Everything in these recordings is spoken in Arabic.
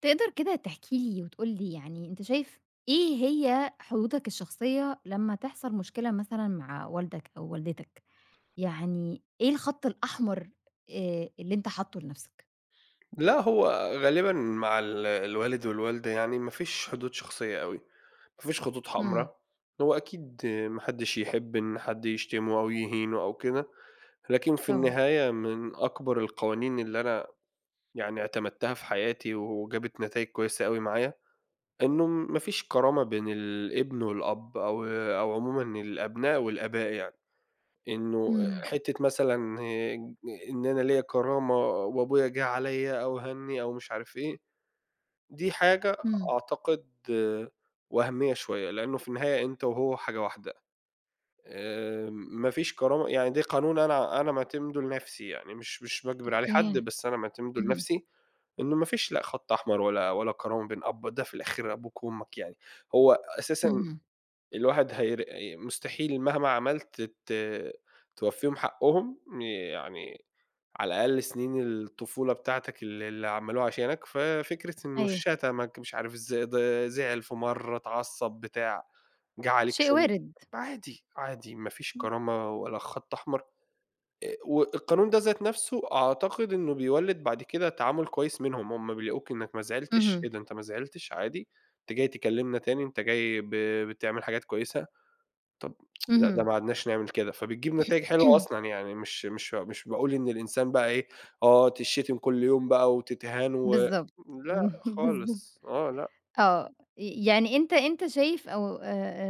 تقدر كده تحكي لي وتقول لي يعني أنت شايف إيه هي حدودك الشخصية لمّا تحصل مشكلة مثلًا مع والدك أو والدتك؟ يعني إيه الخط الأحمر اللي أنت حاطّه لنفسك؟ لأ، هو غالبًا مع الوالد والوالدة يعني ما فيش حدود شخصية أوي، ما فيش خطوط حمرا، إمم، هو أكيد ما حدّش يحب إن حد يشتمه أو يهينه أو كده، لكن في طبعًا، النهاية من أكبر القوانين اللي أنا يعني اعتمدتها في حياتي وجابت نتايج كويسة أوي معايا، إنه ما فيش كرامة بين الابن والأب أو عمومًا الأبناء والآباء يعني، إنه إمم، حتّة مثلًا إن أنا ليّا كرامة وأبويا جه عليّا أو هَنّي أو مش عارف إيه، دي حاجة إمم، أعتقد آه، وهميّة شوية، لإنه في النهاية أنت وهو حاجة واحدة. ما فيش كرامة، يعني ده قانون أنا معتمده لنفسي، يعني مش باجبر عليه حد، أوكي، بس أنا معتمده اهم، لنفسي. إنه ما فيش لأ خط أحمر ولا كرامة بين أب، ده في الآخر أبوك وأمك يعني. هو أساسًا اهم، الواحد مستحيل مهما عملت توفّيهم حقّهم، يعني على الأقل سنين الطفولة بتاعتك اللي عملوها عشانك، ففكرة إنه أيوه. شتمك مش عارف ده زعل في مرّة، اتعصّب، بتاع، جه عليك شيء سِن، وارد. عادي، عادي ما فيش كرامة ولا خَط أحمر. والقانون ده ذات نَفْسه أعتقد إنه بيولِّد بعد كده تعامل كويس منهم، هم بيلاقوك إنّك ما زعلتش، إيه اهم، ده أنت ما زعلتش عادي، أنت جاي تكلّمنا تاني، أنت جاي بتعمل حاجات كويسة. طب لأ، ده اهم. ما عدناش نعمل كده، فبتجيب نتايج حلوة أصلًا، يعني مش باقول إن الإنسان بقى إيه، آه تتشتم كل يوم بقى وتتهان و بالضبط، لأ بالضبط، خالص، آه لأ. آه، يعني أنت شايف أو آآ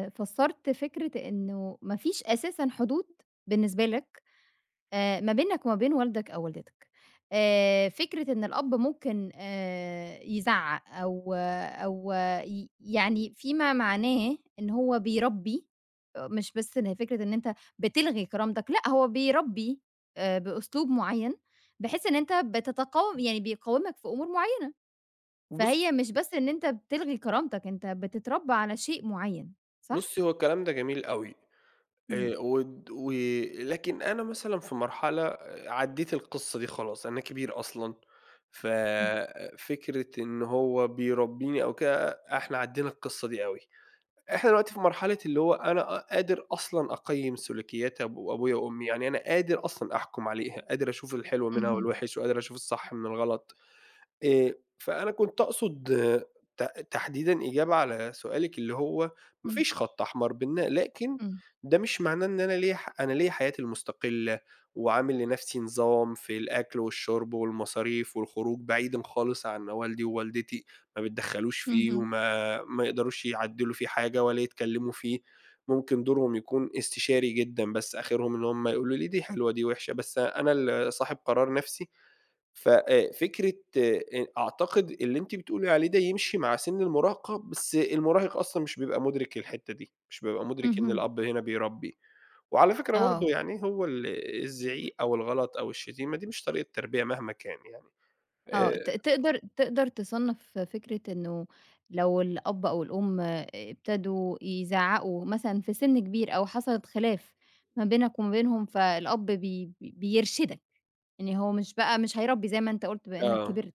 آآ فسّرت فكرة إنه ما فيش أساسًا حدود بالنسبة لك ما بينك وما بين والدك أو والدتك. فكرة إن الأب ممكن يزعّق أو أو يعني فيما معناه إن هو بيربّي، آه، مش بس إن هي فكرة إن أنت بتلغي كرامتك، لأ هو بيربّي بأسلوب معيّن، بحيث إن أنت بتتقاوم يعني بيقاومك في أمور معيّنة، بُص فهي مش بس إن أنت بتلغي كرامتك، أنت بتتربّى على شيء معيّن، صح؟ بُصي هو الكلام ده جميل أوي. إمم، ود و لكن أنا مثلًا في مرحلة عدّيت القصة دي خلاص، أنا كبير أصلًا، إمم، ففكرة إن هو بيربيني أو كده، إحنا عدّينا القصة دي أوي. إحنا دلوقتي في مرحلة اللي هو أنا قادر أصلًا أقيّم سلوكيات أبويا وأمي، يعني أنا قادر أصلًا أحكُم عليها، قادر أشوف الحلو منها اهم، والوِحِش وقادر أشوف الصح من الغلط. آآ، فأنا كنت أقصد ت تحديدًا إجابة على سؤالِك اللي هو ما إمم، فيش خط أحمر بيننا، لكن إمم، ده مش معناه إن أنا ليّا حياتي المستقلة، وعامل لنفسي نظام في الأكل والشرب والمصاريف والخروج بعيدًا خالص عن والدي ووالدتي، ما بيتدخلوش فيه اهم، وما ما يقدروش يعدّلوا فيه حاجة ولا يتكلموا فيه، ممكن دورهم يكون استشاري جدًا بس آخرهم إن هم يقولوا لي دي حلوة دي وحشة، بس أنا اللي صاحب قرار نفسي. ف فكرة أعتقد اللي أنتِ بتقولي عليه ده يمشي مع سِن المراهقة، بس المراهق أصلًا مش بيبقى مُدرِك الحتّة دي، مش بيبقى مُدرِك إن اهم، الأب هنا بيربّي. وعلى فكرة برضه آه. يعني هو الزعيق أو الغلط أو الشتيمة دي مش طريقة تربية مهما كان يعني. آه، ت آآ تقدر تقدر تصنّف فكرة إنه لو الأب أو الأم ابتدوا يزعّقوا مثلًا في سِن كبير أو حصلت خلاف ما بينك وما بينهم، فالأب بي بي بيرشدك، يعني هو مش بقى مش هيربّي زي ما أنت قُلت بما إنّك آه. كبرت،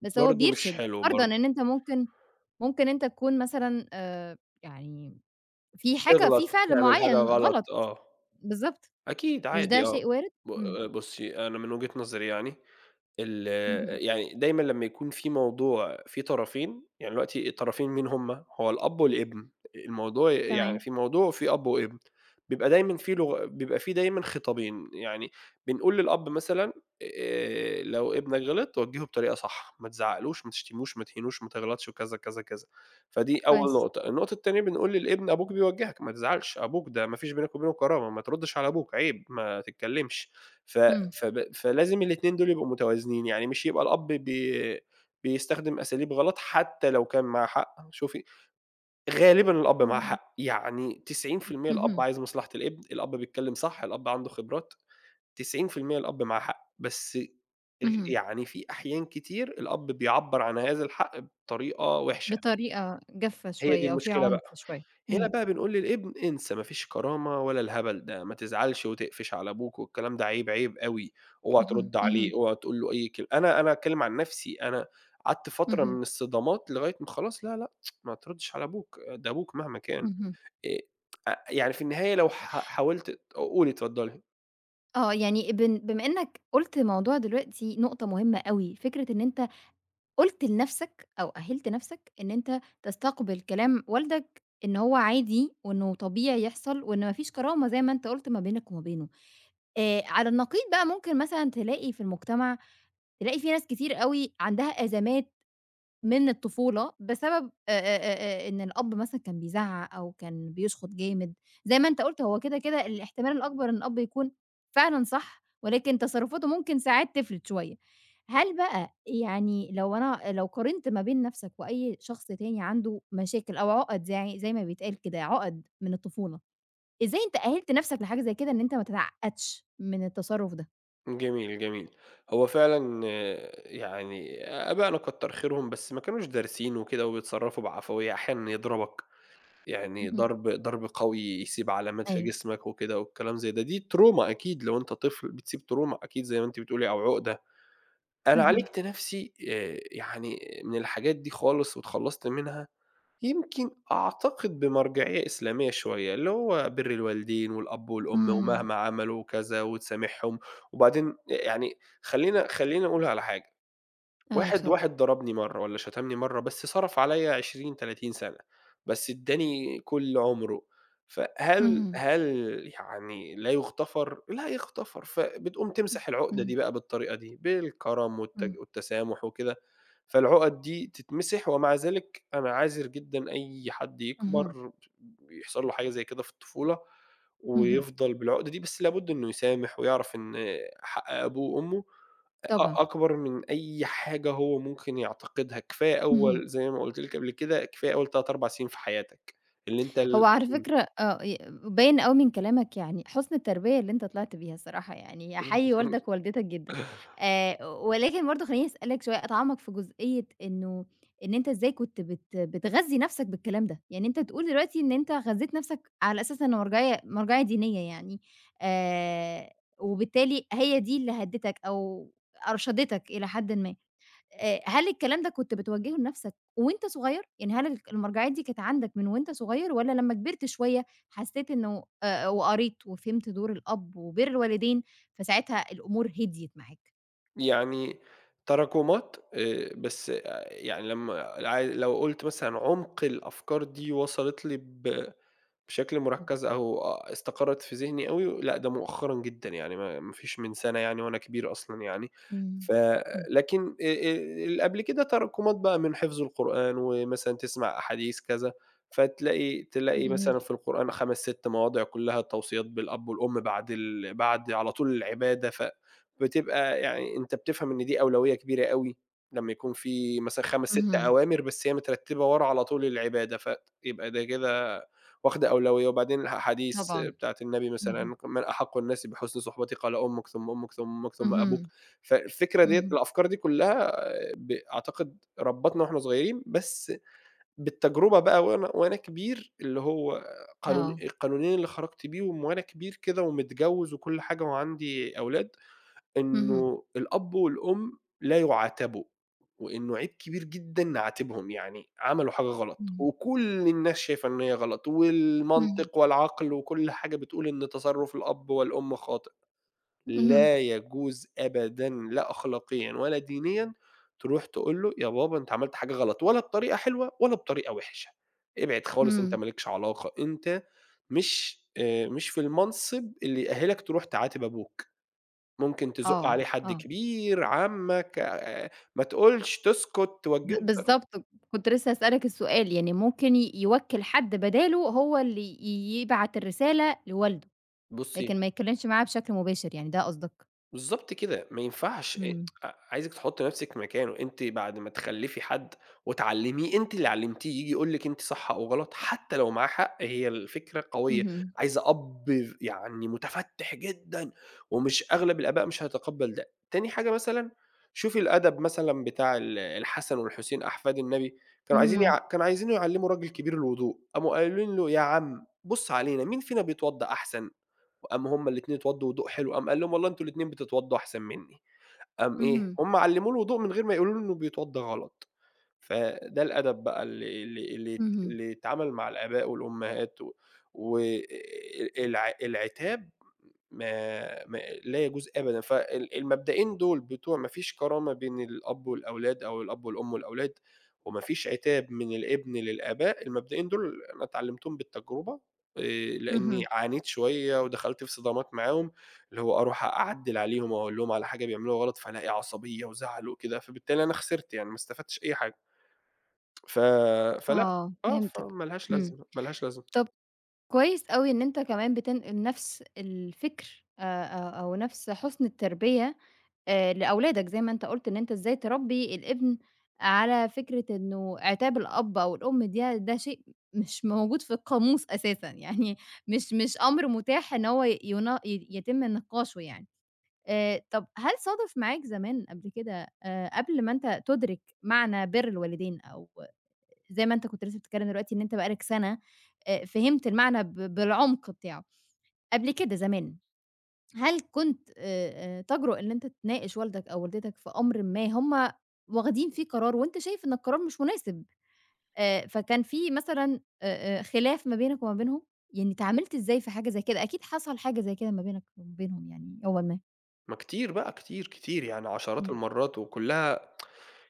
بس هو برضه مش بيرشد، حلو فرضًا برضه. إن أنت ممكن أنت تكون مثلًا يعني في حاجة في تغلط، فعل تعمل حاجة معيّن غلط، غلط، آه. بالضبط، أكيد مش عادي ده آه. شيء وارد؟ إمم، آه، بُصّي، أنا من وجهة نظري يعني ال اهم، يعني دايمًا لمّا يكون في موضوع فيه طرفين، يعني دلوقتي الطرفين مين هم؟ هو الأب والابن، الموضوع يعني تمام، في موضوع فيه أب وابن، بيبقى دايمًا في لغ بيبقى في دايمًا خطابين، يعني بنقول للأب مثلًا لو ابنك غلط وجّهه بطريقة صح، ما تزعّقلوش، ما تشتموش، ما تهينوش، ما تغلطش وكذا، كذا، كذا، فدي أول كويس، نقطة. النقطة التانية بنقول للابن أبوك بيوجّهك، ما تزعلش، أبوك ده ما فيش بينك وبينه كرامة، ما تردش على أبوك، عيب، ما تتكلمش. ف إمم، فب فلازم الاتنين دول يبقوا متوازنين، يعني مش يبقى الأب بي بيستخدم أساليب غلط حتى لو كان معاه حق، شوفي غالبًا الأب معاه حق، يعني 90% الأب اهم، عايز مصلحة الابن، الأب بيتكلم صح، الأب عنده خبرات، 90% الأب معاه حق، بس اهم. يعني في أحيان كتير الأب بيعبّر عن هذا الحق بطريقة وحشة. بطريقة جافة هي دي شوية أو فيها المشكلة عُنف بقى. شوية. هنا إمم. بقى بنقول للابن انسى ما فيش كرامة ولا الهبل ده، ما تزعلش وتقفش على أبوك، والكلام ده عيب، عيب أوي، اوعى اهم، ترُد عليه، اهم، اوعى تقول له أي كل أنا أتكلم عن نفسي، أنا قعدت فترة اهم، من الصدامات لغاية ما خلاص لا، لأ، ما تردش على أبوك، ده أبوك مهما كان. اهم. آآ أ يعني في النهاية لو حاولت قولي اتفضلي. آه، يعني بما إنّك قُلت موضوع دلوقتي نقطة مهمة أوي، فكرة إن أنت قُلت لنَفْسك أو أهِّلت نَفْسك إن أنت تستقبل كلام والدك إن هو عادي وإنه طبيعي يحصل وإن ما فيش كرامة زي ما أنت قُلت ما بينك وما بينه. على النقيض بقى ممكن مثلًا تلاقي في المجتمع، تلاقي في ناس كتير أوي عندها أزمات من الطفولة بسبب إن الأب مثلًا كان بيزعّق أو كان بيشخط جامد، زي ما أنت قُلت هو كده، كده الاحتمال الأكبر إن الأب يكون فعلًا صح، ولكن تصرفاته ممكن ساعات تفلِت شوية. هل بقى يعني لو قارنت ما بين نَفْسك وأي شخص تاني عنده مشاكل أو عُقَد زي ما بيتقال كده، عُقَد من الطفولة، إزاي أنت أهِّلت نَفْسك لحاجة زي كده إن أنت ما تتعقّدش من التصرُّف ده؟ جميل، جميل. هو فعلًا آه، يعني آبائنا كتّر خيرهم بس ما كانوش دارسين وكده وبيتصرّفوا بعفوية، أحيانًا يضربك. يعني اهم، ضرب قوي يسيب علامات في أيوه، جسمك وكده والكلام زي ده، دي تروما أكيد لو أنت طفل بتسيب تروما أكيد زي ما أنتِ بتقولي أو عقدة. أنا اهم، عالجت نفسي يعني من الحاجات دي خالص واتخلّصت منها، يمكن أعتقد بمرجعية إسلامية شوية، اللي هو بِر الوالدين والأب والأم إمم، ومهما عملوا وكذا وتسامحهم. وبعدين يعني خلّيني أقول على حاجة، آه واحد اتفضل، واحد ضربني مرّة والّا شتمني مرّة، بس صرف عليّا 20، 30 سَنة، بس ادّاني كل عُمره، إمم. فهل اهم، هل يعني لا يُغتفر؟ لا يُغتفر، فبتقوم تمسح العُقدة دي اهم، بقى بالطريقة دي، بالكرم إمم، والتسامح وكده، فالعُقد دي تتمسح، ومع ذلك أنا عاذر جدًا أي حد اهم. يكبر يحصل له حاجة زي كده في الطفولة اهم. ويفضل بالعُقدة دي، بس لابد إنه يسامح ويعرف إن حق أبوه وأمه طبعًا. أكبر من أي حاجة هو ممكن يعتقدها، كفاية اهم. أول زي ما قُلت لِك قبل كده، كفاية أول 3، 4 سنين في حياتك، اللي أنت هو ال على فكرة آه، باين أوي من كلامك يعني حُسن التربية اللي أنت طلعت بيها الصراحة يعني أحيّي إمم. والدك ووالدتك جدًا. ولكن برضه خلّيني أسألك شوية أتعمّق في جزئية إن أنت إزاي كنت بتغذّي نَفْسك بالكلام ده؟ يعني أنت بتقول دلوقتي إن أنت غذّيت نَفْسك على أساس إنه مرجعية مرجعية دينية يعني آآ وبالتالي هي دي اللي هدّتك أو أرشدتك إلى حدٍ ما. هل الكلام ده كنت بتوجّهه لنَفْسك وأنت صغير؟ يعني هل المرجعيات دي كانت عندك من وأنت صغير والّا لمّا كبرت شوية حسّيت إنه وقريت وفهمت دور الأب وبِر الوالدين، فساعتها الأمور هديت معاك؟ يعني تراكمات بس آه، يعني لمّا عا لو قُلت مثلًا عُمق الأفكار دي وصلت لي بشكل إمم. مركّز أو آه، استقرّت في ذهني أوي، لأ ده مؤخرًا جدًا يعني ما فيش من سَنة، يعني وأنا كبير أصلًا يعني. إمم. ف إمم. لكن اللي قبل كده تراكمات بقى من حفظ القرآن ومثلًا تسمع أحاديث كذا، فتلاقي جميل. مثلًا في القرآن 5، 6 مواضع كلّها توصيات بالأب والأم بعد بعد على طول العبادة، فبتبقى يعني أنت بتفهم إن دي أولوية كبيرة أوي، لمّا يكون في مثلًا 5، 6 اهم. أوامر بس هي مترتّبة ورا على طول العبادة، فيبقى ده كده واخدة أولوية، وبعدين الأحاديث طبعًا. بتاعة النبي اهم. مثلًا "من أحق الناس بحسن صحبتي قال أمك ثم أمك ثم أمك ثم أبوك." اهم. فالفكرة ديّة اهم. الأفكار دي كلها أعتقد ربّتنا وإحنا صغيرين، بس بالتجربة بقى وأنا كبير اللي هو آه. القانونين اللي خرجت بيهم وأنا كبير كده ومتجوّز وكل حاجة وعندي أولاد، اهم. إنه الأب والأم لا يُعاتبوا، وإنه عيب كبير جدًا نعاتبهم، يعني عملوا حاجة غلط، اهم. وكل الناس شايفة إن هي غلط، إمم. والمنطق والعقل وكل حاجة بتقول إن تصرُّف الأب والأم خاطئ، اهم. لا يجوز أبدًا لا أخلاقيًا ولا دينيًا تروح تقول له يا بابا أنت عملت حاجة غلط، ولا بطريقة حلوة ولا بطريقة وِحشة، ابعد خالص أنت إمم. ما لكش علاقة، أنت مش في المنصب اللي يأهّلك تروح تعاتب أبوك. ممكن تزُق آه. عليه حد آه. كبير، عمّك، ما تقولش، تسكت، توجّهه بطر بالضبط، كنت لسه هاسألك السؤال، يعني ممكن يوكّل حد بداله هو اللي يبعت الرسالة لوالده، بُصّي لكن ما يتكلّمش معاه بشكل مباشر يعني ده قصدك؟ بالضبط كده، ما ينفعش أ إمم، ع عايزِك تحُطّي نَفْسِك مكانه، أنتِ بعد ما تخلّفي حد وتعلّميه، أنتِ اللي علّمتيه ييجي يقول لِك أنتِ صح أو غلط، حتى لو معاه حق، هي الفكرة قوية، اهم، عايزة أب يعني مُتفتِّح جدًا، أغلب الآباء مش هيتقبّل ده. تاني حاجة مثلًا، شوفي الأدب مثلًا بتاع الحسن والحسين أحفاد النبي، كانوا عايزين اهم، يع كانوا عايزينه يعلّموا راجل كبير الوضوء، قاموا قايلين له: "يا عم بُص علينا، مين فينا بيتوضّى أحسن؟" وقام هُم الاتنين اتوضّوا وضوء حلو، قام قال لهم: "والله أنتم الاتنين بتتوضّوا أحسن منّي." قام إيه، اهم، هُم علّموه الوضوء من غير ما يقولوا له إنه بيتوضّى غلط، فده الأدب بقى اللي اللي اللي ات اهم، اللي اتعمل مع الآباء والأمهات و والع العتاب ما ما لا يجوز أبدًا، المبدئين دول بتوع ما فيش كرامة بين الأب والأولاد أو الأب والأم والأولاد، وما فيش عتاب من الابن للآباء، المبدئين دول أنا اتعلمتهم بالتجربة، آآ لإني اهم، عانيت شوية ودخلت في صدامات معاهم، اللي هو أروح أعدِّل عليهم أو أقول لهم على حاجة بيعملوها غلط، فالاقي عصبية وزعل وكده، فبالتالي أنا خسرت يعني ما استفدتش أي حاجة. ف فلأ، آه آه، فهمتك، فما لهاش إمم، لازمة، ما لهاش لازمة. طب كويس أوي إن أنت كمان بتنقل نفس الفكر أو نفس حُسن التربية لأولادك زي ما أنت قُلت إن أنت إزاي تربّي الابن على فكرة إنه عتاب الأب أو الأم دي ده شيء مش موجود في القاموس أساسًا، يعني مش أمر متاح إن هو ي- ينا ي يتم نقاشه يعني. طب هل صادف معاك زمان قبل كده قبل ما أنت تُدرك معنى بِر الوالدين أو زي ما أنت كنت لسه بتتكلّم دلوقتي إن أنت بقى لك سَنة فهمت المعنى بالعمق بتاعه، قبل كده زمان هل كنت تجرؤ إن أنت تناقش والدك أو والدتك في أمر ما هم واخدين فيه قرار وأنت شايف إن القرار مش مناسب، فكان في مثلًا خلاف ما بينك وما بينهم؟ يعني اتعاملت إزاي في حاجة زي كده؟ أكيد حصل حاجة زي كده ما بينك وما بينهم يعني يومًا ما. ما كتير بقى، كتير، كتير، يعني عشرات إمم. المرات وكلها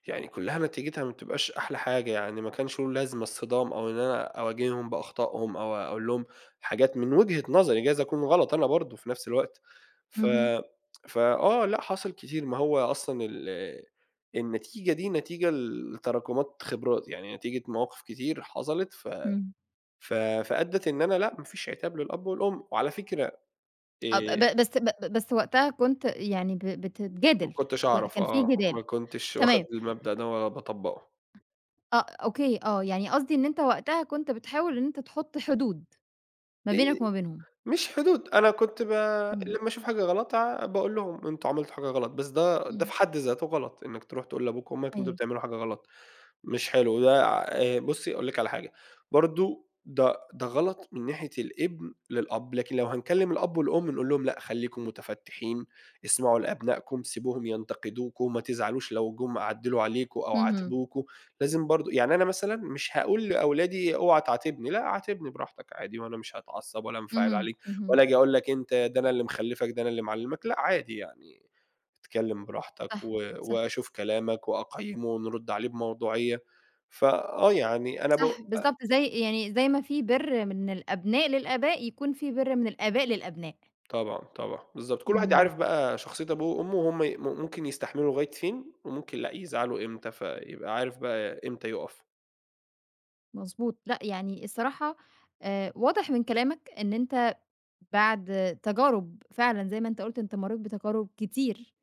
يعني كلّها نتيجتها ما بتبقاش أحلى حاجة، يعني ما كانش له لازمة الصدام أو إن أنا أواجههم بأخطائهم أو أقول لهم حاجات من وجهة نظري، جايز أكون غلط أنا برضه في نفس الوقت. ف اهم، فآه، لأ حصل كتير، ما هو أصلًا النتيجة دي نتيجة لتراكمات خبرات، يعني نتيجة مواقف كتير حصلت ف إمم. ف فأدّت إن أنا لأ، ما فيش عتاب للأب والأم. وعلى فكرة آه، ب آآ ب بس ب بس وقتها كنت يعني ما بتتجادل، كنتش أعرف كان في آه، جدال. ما كنتش واخد تمام، المبدأ ده ولا باطبّقه. آه، أوكي، آه، يعني قصدي إن أنت وقتها كنت بتحاول إن أنت تحط حدود ما بينك وما بينهم. مش حدود، أنا كنت ب إمم، لمّا أشوف حاجة غلط باقول لهم أنتم عملتوا حاجة غلط، بس ده في إمم. حد ذاته غلط، إنك تروح تقول لأبوك وأمك أنتم أيوه. بتعملوا حاجة غلط. مش حلو، ده بُصّي أقول لِك على حاجة، برضه ده غلط من ناحية الابن للأب، لكن لو هنكلّم الأب والأم نقول لهم لأ خلّيكم متفتّحين، اسمعوا لأبنائكم، سيبوهم ينتقدوكم، ما تزعلوش لو جُم عدّلوا عليكم أو اهم، عاتبوكم، لازم برضه يعني أنا مثلًا مش هاقول لأولادي اوعى تعاتبني، لأ عاتبني براحتك عادي وأنا مش هاتعصّب ولا هانفعل اهم، عليك، اهم. ولا آجي أقول لك أنت ده أنا اللي مخلّفك، ده أنا اللي معلّمك، لأ عادي يعني اتكلم براحتك صح، صح، وأشوف كلامك وأقيّمه ونرُد عليه بموضوعية. فآه يعني أنا ب صح، بالضبط زي يعني زي ما في بِرّ من الأبناء للآباء، يكون في بِرّ من الآباء للأبناء. طبعًا، طبعًا، بالضبط، كل واحد اهم، عارف بقى شخصية أبوه وأمه وهُم ممكن يستحملوا لغاية فين وممكن لأ، يزعلوا إمتى، فيبقى عارف بقى إمتى يُقف. مضبوط. لأ، يعني الصراحة واضح من كلامك إن أنت بعد تجارب فعلًا زي ما أنت قُلت أنت مرّيت بتجارب كتير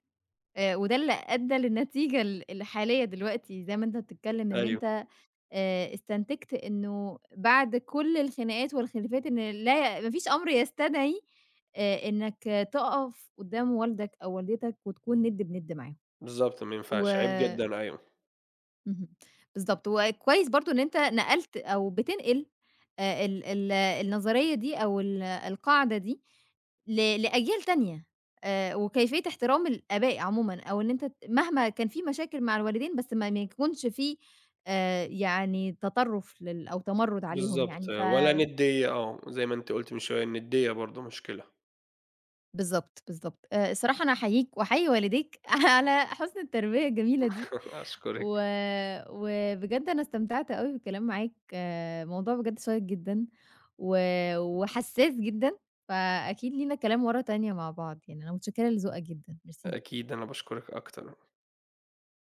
وده اللي أدّى للنتيجة الحالية دلوقتي، زي ما أنت بتتكلّم إن أيوه، أنت استنتجت إنه بعد كل الخناقات والخلافات إن لا ما فيش أمر يستدعي إنّك تقف قدّام والدك أو والدتك وتكون نِد بنِد معاهم. بالضبط، ما و ينفعش، عيب جدًا، أيوه، اهم، بالضبط، وكويس برضه إن أنت نقلت أو بتنقل ال ال النظرية دي أو ال القاعدة دي ل لأجيال تانية، وكيفية احترام الآباء عمومًا، أو إن أنت مهما كان في مشاكل مع الوالدين بس ما يكونش في يعني تطرُّف أو تمرُّد عليهم بالضبط، يعني ولا ندّية آه، زي ما أنتِ قُلتِ من شوية الندّية برضه مشكلة. بالضبط، بالضبط. الصراحة أنا أحييك وأحيي والديك على حُسن التربية الجميلة دي، و أشكرِك. وبجد أنا استمتعت أوي بالكلام معاك، آه، موضوع بجد شيّق جدًا و وحساس جدًا، فأكيد لينا كلام مرّة تانية مع بعض يعني، أنا متشكرة لذوقك جدًا، ميرسي. أكيد أنا باشكرِك أكتر.